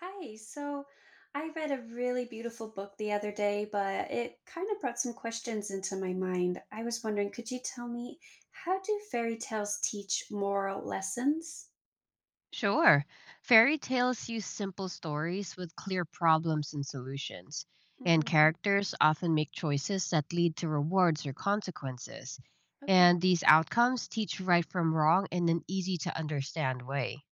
Hi. So I read a really beautiful book the other day, but it kind of brought some questions into my mind. I was wondering, could you tell me, how do fairy tales teach moral lessons? Sure. Fairy tales use simple stories with clear problems and solutions, and Hmm. characters often make choices that lead to rewards or consequences. Okay. And these outcomes teach right from wrong in an easy to understand way.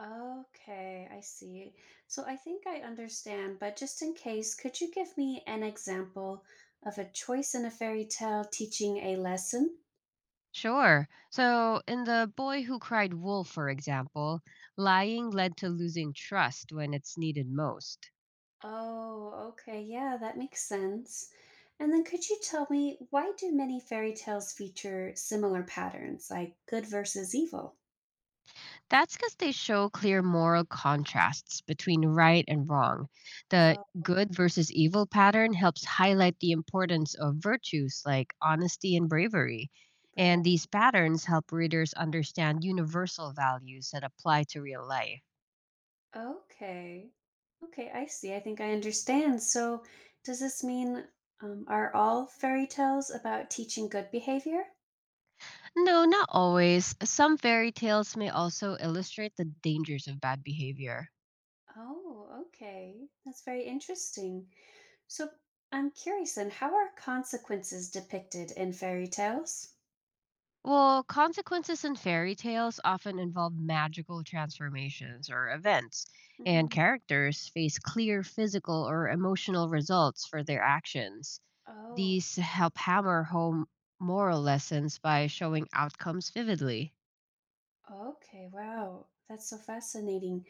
Okay, I see. So I think I understand, but just in case, could you give me an example of a choice in a fairy tale teaching a lesson? Sure. So, in The Boy Who Cried Wolf, for example, lying led to losing trust when it's needed most. Oh, okay. Yeah, that makes sense. And then could you tell me, why do many fairy tales feature similar patterns, like good versus evil? That's because they show clear moral contrasts between right and wrong. The Oh, good versus evil pattern helps highlight the importance of virtues like honesty and bravery. right. And these patterns help readers understand universal values that apply to real life. Okay. Okay, I see. I think I understand. So, does this mean, are all fairy tales about teaching good behavior? No, not always. Some fairy tales may also illustrate the dangers of bad behavior. Oh, okay. That's very interesting. So, I'm curious then, how are consequences depicted in fairy tales? Well, consequences in fairy tales often involve magical transformations or events, and Hmm. characters face clear physical or emotional results for their actions. Oh. These help hammer home moral lessons by showing outcomes vividly. Okay, wow. That's so fascinating.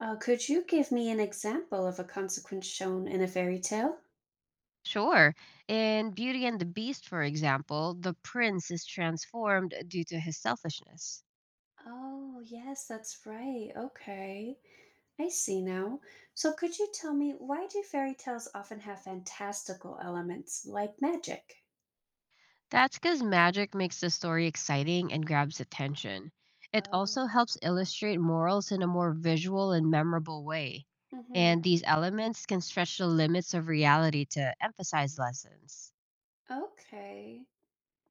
Could you give me an example of a consequence shown in a fairy tale? Sure, in Beauty and the Beast, for example, the prince is transformed due to his selfishness. Oh, yes, that's right. Okay. I see now. So could you tell me, why do fairy tales often have fantastical elements like magic? That's because magic makes the story exciting and grabs attention. It Oh. also helps illustrate morals in a more visual and memorable way. Mm-hmm. And these elements can stretch the limits of reality to emphasize lessons. Okay.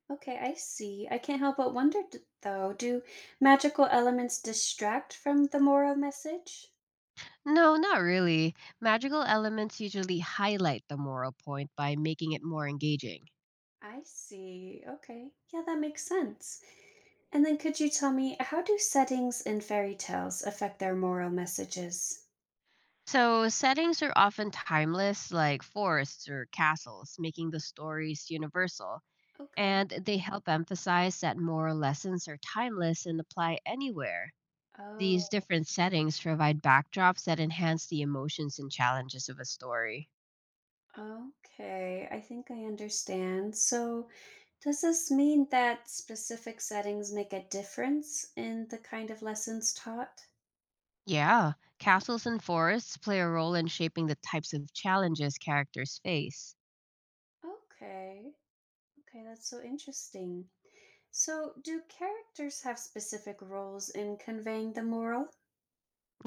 Okay, I see. I can't help but wonder though, do magical elements distract from the moral message? No, not really. Magical elements usually highlight the moral point by making it more engaging. I see. Okay. Yeah, that makes sense. And then could you tell me, how do settings in fairy tales affect their moral messages? So, settings are often timeless, like forests or castles, making the stories universal. Okay. And they help emphasize that moral lessons are timeless and apply anywhere. These Oh, different settings provide backdrops that enhance the emotions and challenges of a story. okay. I think I understand. So, does this mean that specific settings make a difference in the kind of lessons taught? Yeah, castles and forests play a role in shaping the types of challenges characters face. Okay. Okay, that's so interesting. So, do characters have specific roles in conveying the moral?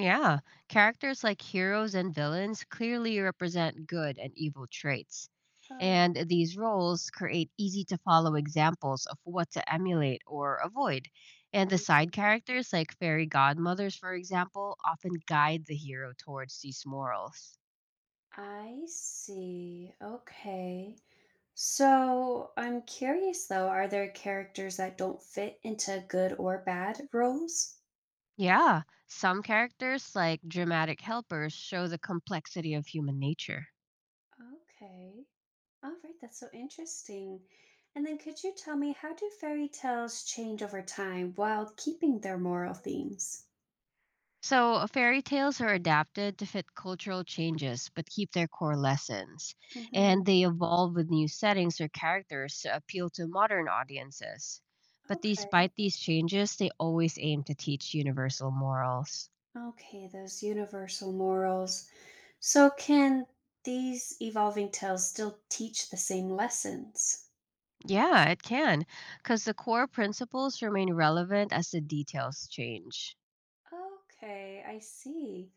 Yeah, characters like heroes and villains clearly represent good and evil traits. Oh. And these roles create easy to follow examples of what to emulate or avoid. And the um, side characters, like fairy godmothers, for example, often guide the hero towards these morals. I see. Okay. So I'm curious though, are there characters that don't fit into good or bad roles? Yeah, some characters, like dramatic helpers, show the complexity of human nature. Okay. All right, that's so interesting. And then could you tell me, how do fairy tales change over time while keeping their moral themes? So, fairy tales are adapted to fit cultural changes but keep their core lessons. Mm-hmm. And they evolve with new settings or characters to appeal to modern audiences. But Okay. despite these changes, they always aim to teach universal morals. Okay, those universal morals. So can these evolving tales still teach the same lessons? Yeah, it can, because the core principles remain relevant as the details change. Okay, I see.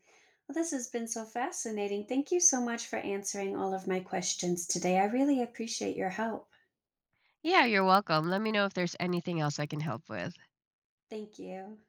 Well, this has been so fascinating. Thank you so much for answering all of my questions today. I really appreciate your help. Yeah, you're welcome. Let me know if there's anything else I can help with. Thank you.